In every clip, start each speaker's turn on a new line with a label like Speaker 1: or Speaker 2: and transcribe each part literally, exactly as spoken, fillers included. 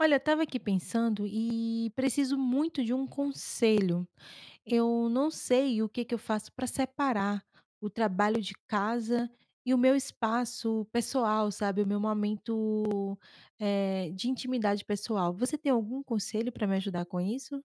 Speaker 1: Olha, eu estava aqui pensando e preciso muito de um conselho. Eu não sei o que que eu faço para separar o trabalho de casa e o meu espaço pessoal, sabe? O meu momento, eh, de intimidade pessoal. Você tem algum conselho para me ajudar com isso?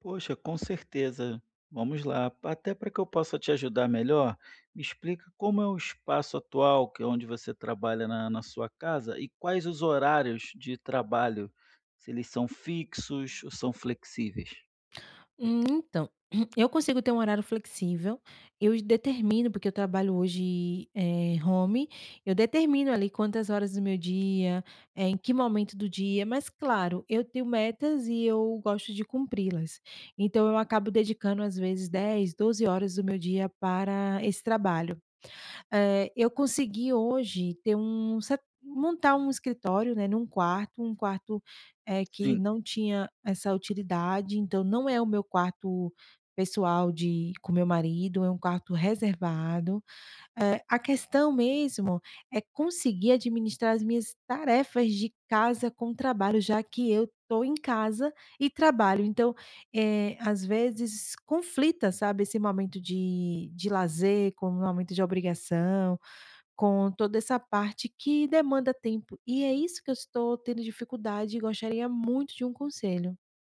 Speaker 2: Poxa, com certeza. Vamos lá. Até para que eu possa te ajudar melhor, me explica como é o espaço atual, que é onde você trabalha na, na sua casa, e quais os horários de trabalho, se eles são fixos ou são flexíveis.
Speaker 1: Hum, então, eu consigo ter um horário flexível, eu determino, porque eu trabalho hoje, eh, home, eu determino ali quantas horas do meu dia, eh, em que momento do dia, mas claro, eu tenho metas e eu gosto de cumpri-las. Então eu acabo dedicando às vezes dez doze horas do meu dia para esse trabalho. Eh, eu consegui hoje ter um se montar um escritório, né, num quarto, um quarto, eh, que
Speaker 2: Sim,
Speaker 1: não tinha essa utilidade, então não é o meu quarto pessoal de com meu marido, é um quarto reservado. É, a questão mesmo é conseguir administrar as minhas tarefas de casa com trabalho, já que eu estou em casa e trabalho. Então, eh, às vezes conflita, sabe, esse momento de de lazer com o momento de obrigação, com toda essa parte que demanda tempo. E é isso que eu estou tendo dificuldade e gostaria muito de um conselho.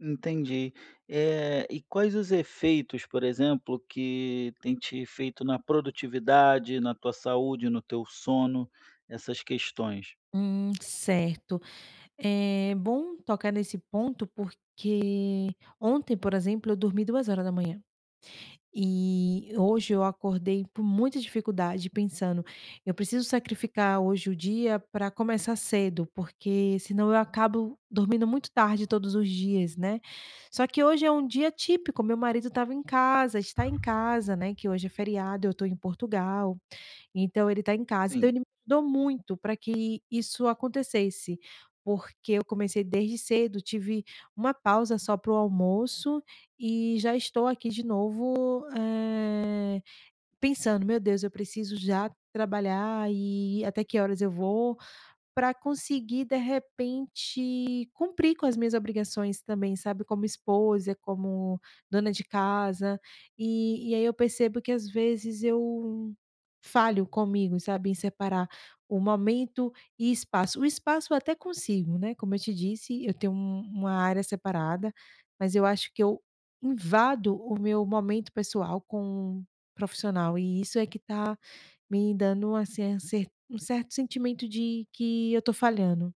Speaker 2: entendi. Eh, e quais os efeitos, por exemplo, que tem te feito na produtividade, na tua saúde, no teu sono, essas questões?
Speaker 1: Hum, certo. É bom tocar nesse ponto, porque ontem, por exemplo, eu dormi duas horas da manhã. E hoje eu acordei com muita dificuldade, pensando: "Eu preciso sacrificar hoje o dia para começar cedo, porque senão eu acabo dormindo muito tarde todos os dias", né. Só que hoje é um dia típico, meu marido estava em casa, está em casa, né, que hoje é feriado, eu estou em Portugal. Então ele está em casa. Então
Speaker 2: Sim.
Speaker 1: ele me ajudou muito para que isso acontecesse, porque eu comecei desde cedo, tive uma pausa só para o almoço e já estou aqui de novo, eh, pensando: "Meu Deus, eu preciso já trabalhar e até que horas eu vou?", para conseguir, de repente, cumprir com as minhas obrigações também, sabe, como esposa, como dona de casa, e e aí eu percebo que às vezes eu falho comigo, sabe, em separar o momento e espaço. O espaço eu até consigo, né, como eu te disse, eu tenho um uma área separada, mas eu acho que eu invado o meu momento pessoal com o profissional e isso é que está me dando, assim, a cer um certo sentimento de que eu tô falhando.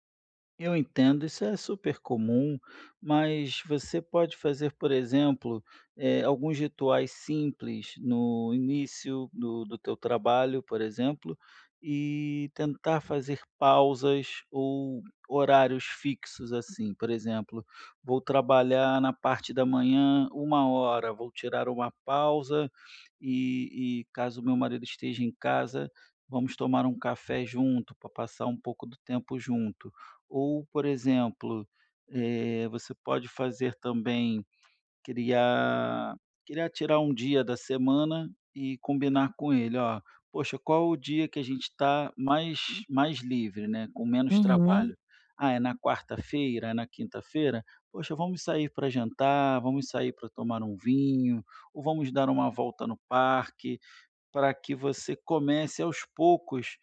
Speaker 2: Eu entendo, isso é super comum, mas você pode fazer, por exemplo, eh, alguns rituais simples no início do, do teu trabalho, por exemplo, e tentar fazer pausas ou horários fixos assim. Por exemplo, vou trabalhar na parte da manhã uma hora, vou tirar uma pausa e, e caso meu marido esteja em casa, vamos tomar um café junto para passar um pouco do tempo junto ou, por exemplo, eh, você pode fazer também criar criar tirar um dia da semana e combinar com ele: "Ó, poxa, qual o dia que a gente está mais mais livre, né, com menos
Speaker 1: Uhum,
Speaker 2: trabalho? Ah, é na quarta-feira? É na quinta-feira? Poxa, vamos sair para jantar, vamos sair para tomar um vinho, ou vamos dar uma volta no parque", para que você comece aos poucos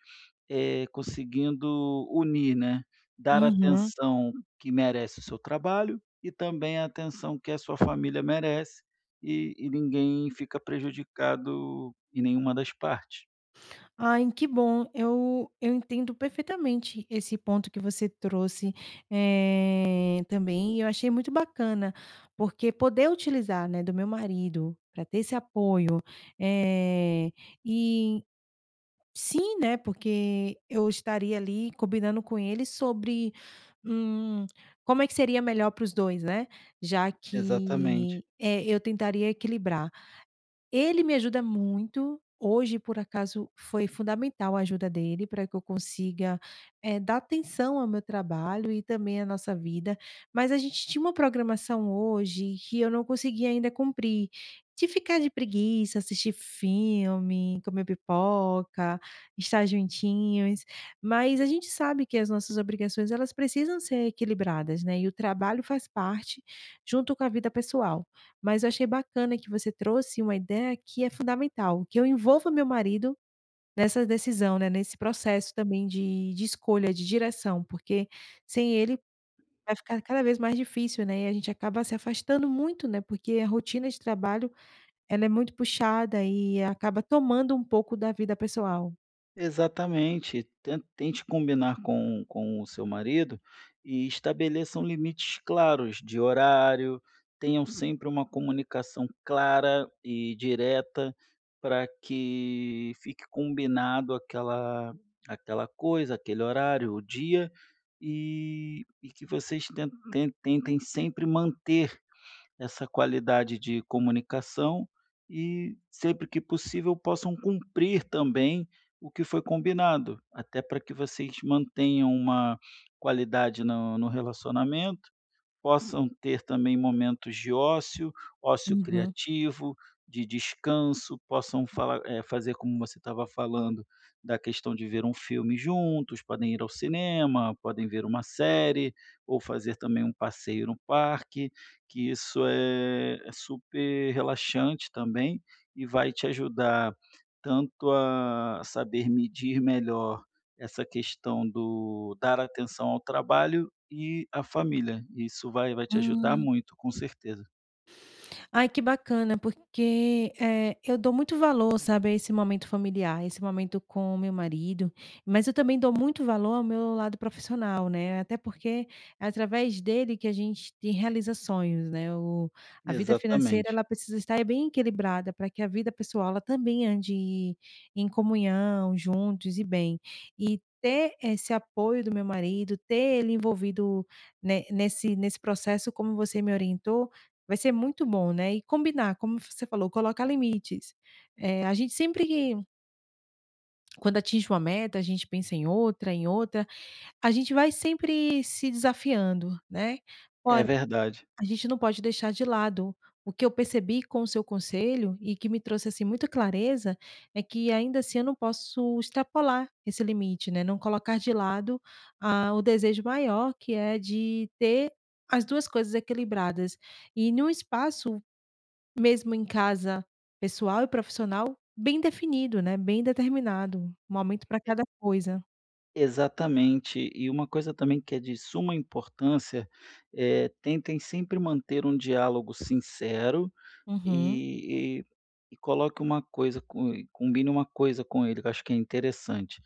Speaker 2: eh, conseguindo unir, né, dar a
Speaker 1: uhum.
Speaker 2: atenção que merece o seu trabalho e também a atenção que a sua família merece e e ninguém fica prejudicado em nenhuma das partes.
Speaker 1: Ai, que bom. Eu eu entendo perfeitamente esse ponto que você trouxe, eh, também, e eu achei muito bacana, porque poder utilizar, né, do meu marido para ter esse apoio, eh, e Sim, né, porque eu estaria ali combinando com ele sobre, hum, como é que seria melhor para os dois né, já
Speaker 2: Exatamente.
Speaker 1: que, eh, eu tentaria equilibrar. Ele me ajuda muito. Hoje, por acaso, foi fundamental a ajuda dele para que eu consiga, eh, dar atenção ao meu trabalho e também à nossa vida. Mas a gente tinha uma programação hoje que eu não conseguia ainda cumprir, de ficar de preguiça, assistir filme, comer pipoca, estar juntinhos. Mas a gente sabe que as nossas obrigações, elas precisam ser equilibradas, né, e o trabalho faz parte junto com a vida pessoal. Mas eu achei bacana que você trouxe uma ideia que é fundamental, que eu envolva meu marido nessa decisão, né, nesse processo também de de escolha, de direção, porque sem ele vai ficar cada vez mais difícil, né, e a gente acaba se afastando muito, né, porque a rotina de trabalho ela é muito puxada e acaba tomando um pouco da vida pessoal.
Speaker 2: Exatamente. Ten tente combinar com com o seu marido e estabeleçam limites claros de horário, tenham sempre uma comunicação clara e direta para que fique combinado aquela aquela coisa, aquele horário, o dia, e e que vocês ten ten tentem sempre manter essa qualidade de comunicação e, sempre que possível, possam cumprir também o que foi combinado, até para que vocês mantenham uma qualidade no no relacionamento, possam ter também momentos de ócio, ócio
Speaker 1: Uhum.
Speaker 2: criativo, de descanso, possam fala- eh, fazer como você estava falando, da questão de ver um filme juntos, podem ir ao cinema, podem ver uma série, ou fazer também um passeio no parque, que isso é, é super relaxante também e vai te ajudar tanto a saber medir melhor essa questão do dar atenção ao trabalho e a família, isso vai vai te ajudar
Speaker 1: Hum.
Speaker 2: muito, com certeza.
Speaker 1: Ai, que bacana, porque, eh, eu dou muito valor, sabe, a esse momento familiar, esse momento com o meu marido, mas eu também dou muito valor ao meu lado profissional, né, até porque é através dele que a gente tem realiza sonhos, né, o a vida financeira,
Speaker 2: Exatamente.
Speaker 1: ela precisa estar bem equilibrada para que a vida pessoal, ela também ande em comunhão, juntos e bem. E ter esse apoio do meu marido, ter ele envolvido ne nesse nesse processo, como você me orientou, vai ser muito bom, né, e combinar, como você falou, colocar limites. Eh, a gente sempre que- quando atinge uma meta, a gente pensa em outra, em outra, a gente vai sempre se desafiando, né.
Speaker 2: É
Speaker 1: Ora,
Speaker 2: verdade.
Speaker 1: a gente não pode deixar de lado o que eu percebi com o seu conselho e que me trouxe, assim, muita clareza, é que ainda assim eu não posso extrapolar esse limite, né, não colocar de lado, ah, o desejo maior que é de ter as duas coisas equilibradas e num espaço mesmo em casa, pessoal e profissional, bem definido, né, bem determinado, um momento para cada coisa.
Speaker 2: Exatamente. E uma coisa também que é de suma importância, é tentem sempre manter um diálogo sincero
Speaker 1: Uhum.
Speaker 2: e e e coloque uma coisa co combine uma coisa com ele, que eu acho que é interessante.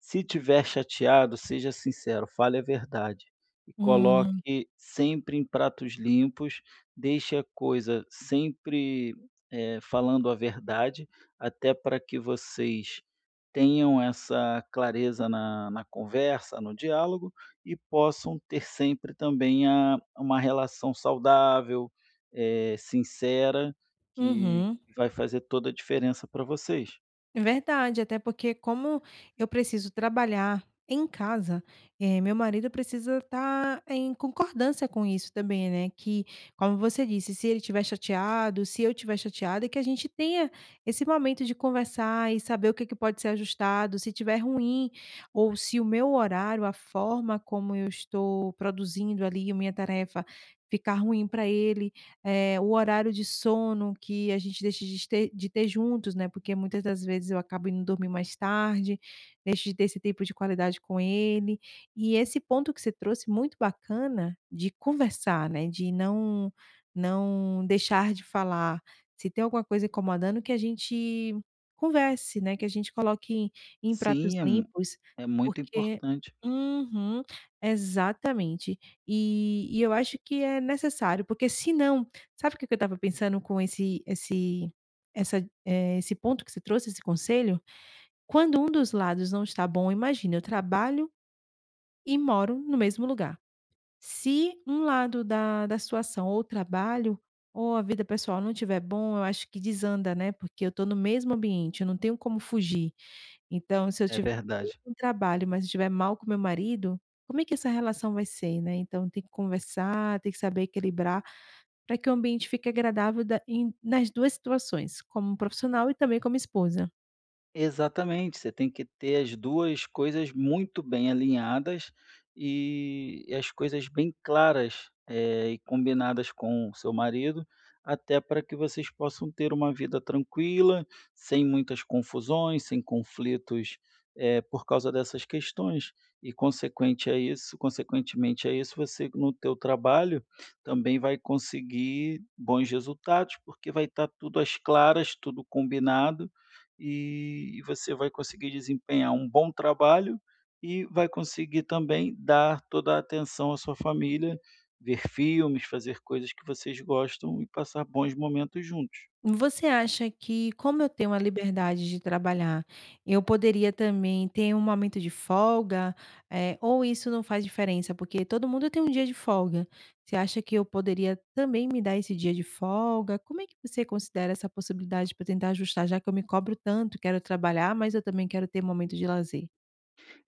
Speaker 2: Se tiver chateado, seja sincero, fale a verdade e
Speaker 1: Hum.
Speaker 2: coloque sempre em pratos limpos, deixe a coisa sempre, eh, falando a verdade, até para que vocês tenham essa clareza na na conversa, no diálogo e possam ter sempre também a uma relação saudável, eh, sincera, que
Speaker 1: Uhum.
Speaker 2: vai fazer toda a diferença para vocês.
Speaker 1: Verdade, até porque como eu preciso trabalhar em casa, eh, meu marido precisa estar em concordância com isso também, né, que, como você disse, se ele estiver chateado, se eu estiver chateada, que a gente tenha esse momento de conversar e saber o que que pode ser ajustado, se tiver ruim ou se o meu horário, a forma como eu estou produzindo ali a minha tarefa, ficar ruim para ele, eh, o horário de sono que a gente deixa de ter de ter juntos, né, porque muitas das vezes eu acabo indo dormir mais tarde, deixo de ter esse tempo de qualidade com ele. E esse ponto que você trouxe muito bacana de conversar, né, de não não deixar de falar. Se tem alguma coisa incomodando, que a gente converse, né, que a gente coloque em em
Speaker 2: Sim,
Speaker 1: pratos
Speaker 2: é mu
Speaker 1: limpos,
Speaker 2: é muito
Speaker 1: porque
Speaker 2: importante.
Speaker 1: Uhum, exatamente. E e eu acho que é necessário, porque senão sabe o que que eu estava pensando com esse esse essa, eh, esse ponto que você trouxe, esse conselho? Quando um dos lados não está bom, imagina, eu trabalho e moro no mesmo lugar. Se um lado da da situação, ou o trabalho, ou a vida pessoal não estiver bom, eu acho que desanda, né, porque eu estou no mesmo ambiente, eu não tenho como fugir. Então, se eu
Speaker 2: É
Speaker 1: tiver bem
Speaker 2: verdade.
Speaker 1: com o trabalho, mas estiver mal com meu marido, como é que essa relação vai ser, né? Então tem que conversar, tem que saber equilibrar para que o ambiente fique agradável da em nas duas situações, como profissional e também como esposa.
Speaker 2: Exatamente, você tem que ter as duas coisas muito bem alinhadas e e as coisas bem claras, eh, e combinadas com o seu marido, até para que vocês possam ter uma vida tranquila, sem muitas confusões, sem conflitos, eh, por causa dessas questões. E consequente a isso consequentemente a isso, você no teu trabalho também vai conseguir bons resultados, porque vai estar tudo às claras, tudo combinado e e você vai conseguir desempenhar um bom trabalho e vai conseguir também dar toda a atenção à sua família, ver filmes, fazer coisas que vocês gostam e passar bons momentos juntos.
Speaker 1: Você acha que, como eu tenho a liberdade de trabalhar, eu poderia também ter um momento de folga, eh, ou isso não faz diferença? Porque todo mundo tem um dia de folga. Você acha que eu poderia também me dar esse dia de folga? Como é que você considera essa possibilidade para tentar ajustar, já que eu me cobro tanto, quero trabalhar, mas eu também quero ter momento de lazer?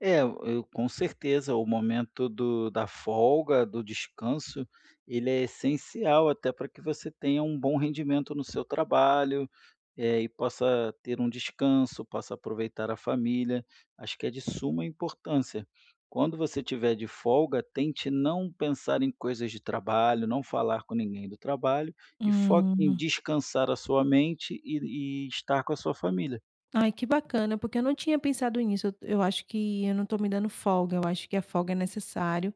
Speaker 2: É, eu com certeza, o momento do da folga, do descanso, ele é essencial até para que você tenha um bom rendimento no seu trabalho, eh, e possa ter um descanso, possa aproveitar a família. Acho que é de suma importância. Quando você tiver de folga, tente não pensar em coisas de trabalho, não falar com ninguém do trabalho e foque em
Speaker 1: Hum.
Speaker 2: descansar a sua mente e e estar com a sua família.
Speaker 1: Ai, que bacana, porque eu não tinha pensado nisso. Eu eu acho que eu não estou me dando folga, eu acho que a folga é necessário.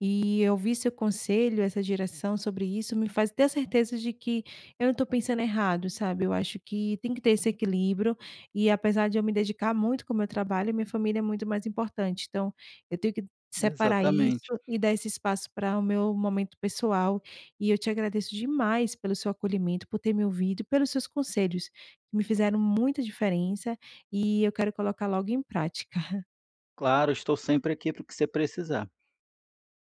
Speaker 1: E eu vi seu conselho, essa direção sobre isso, me faz ter a certeza de que eu não estou pensando errado, sabe? Eu acho que tem que ter esse equilíbrio. E apesar de eu me dedicar muito com o meu trabalho, minha família é muito mais importante. Então, eu tenho que separar isso
Speaker 2: Exatamente.
Speaker 1: e dar esse espaço para o meu momento pessoal. E eu te agradeço demais pelo seu acolhimento, por ter me ouvido, e pelos seus conselhos que me fizeram muita diferença, e eu quero colocar logo em prática.
Speaker 2: Claro, estou sempre aqui para o que você precisar.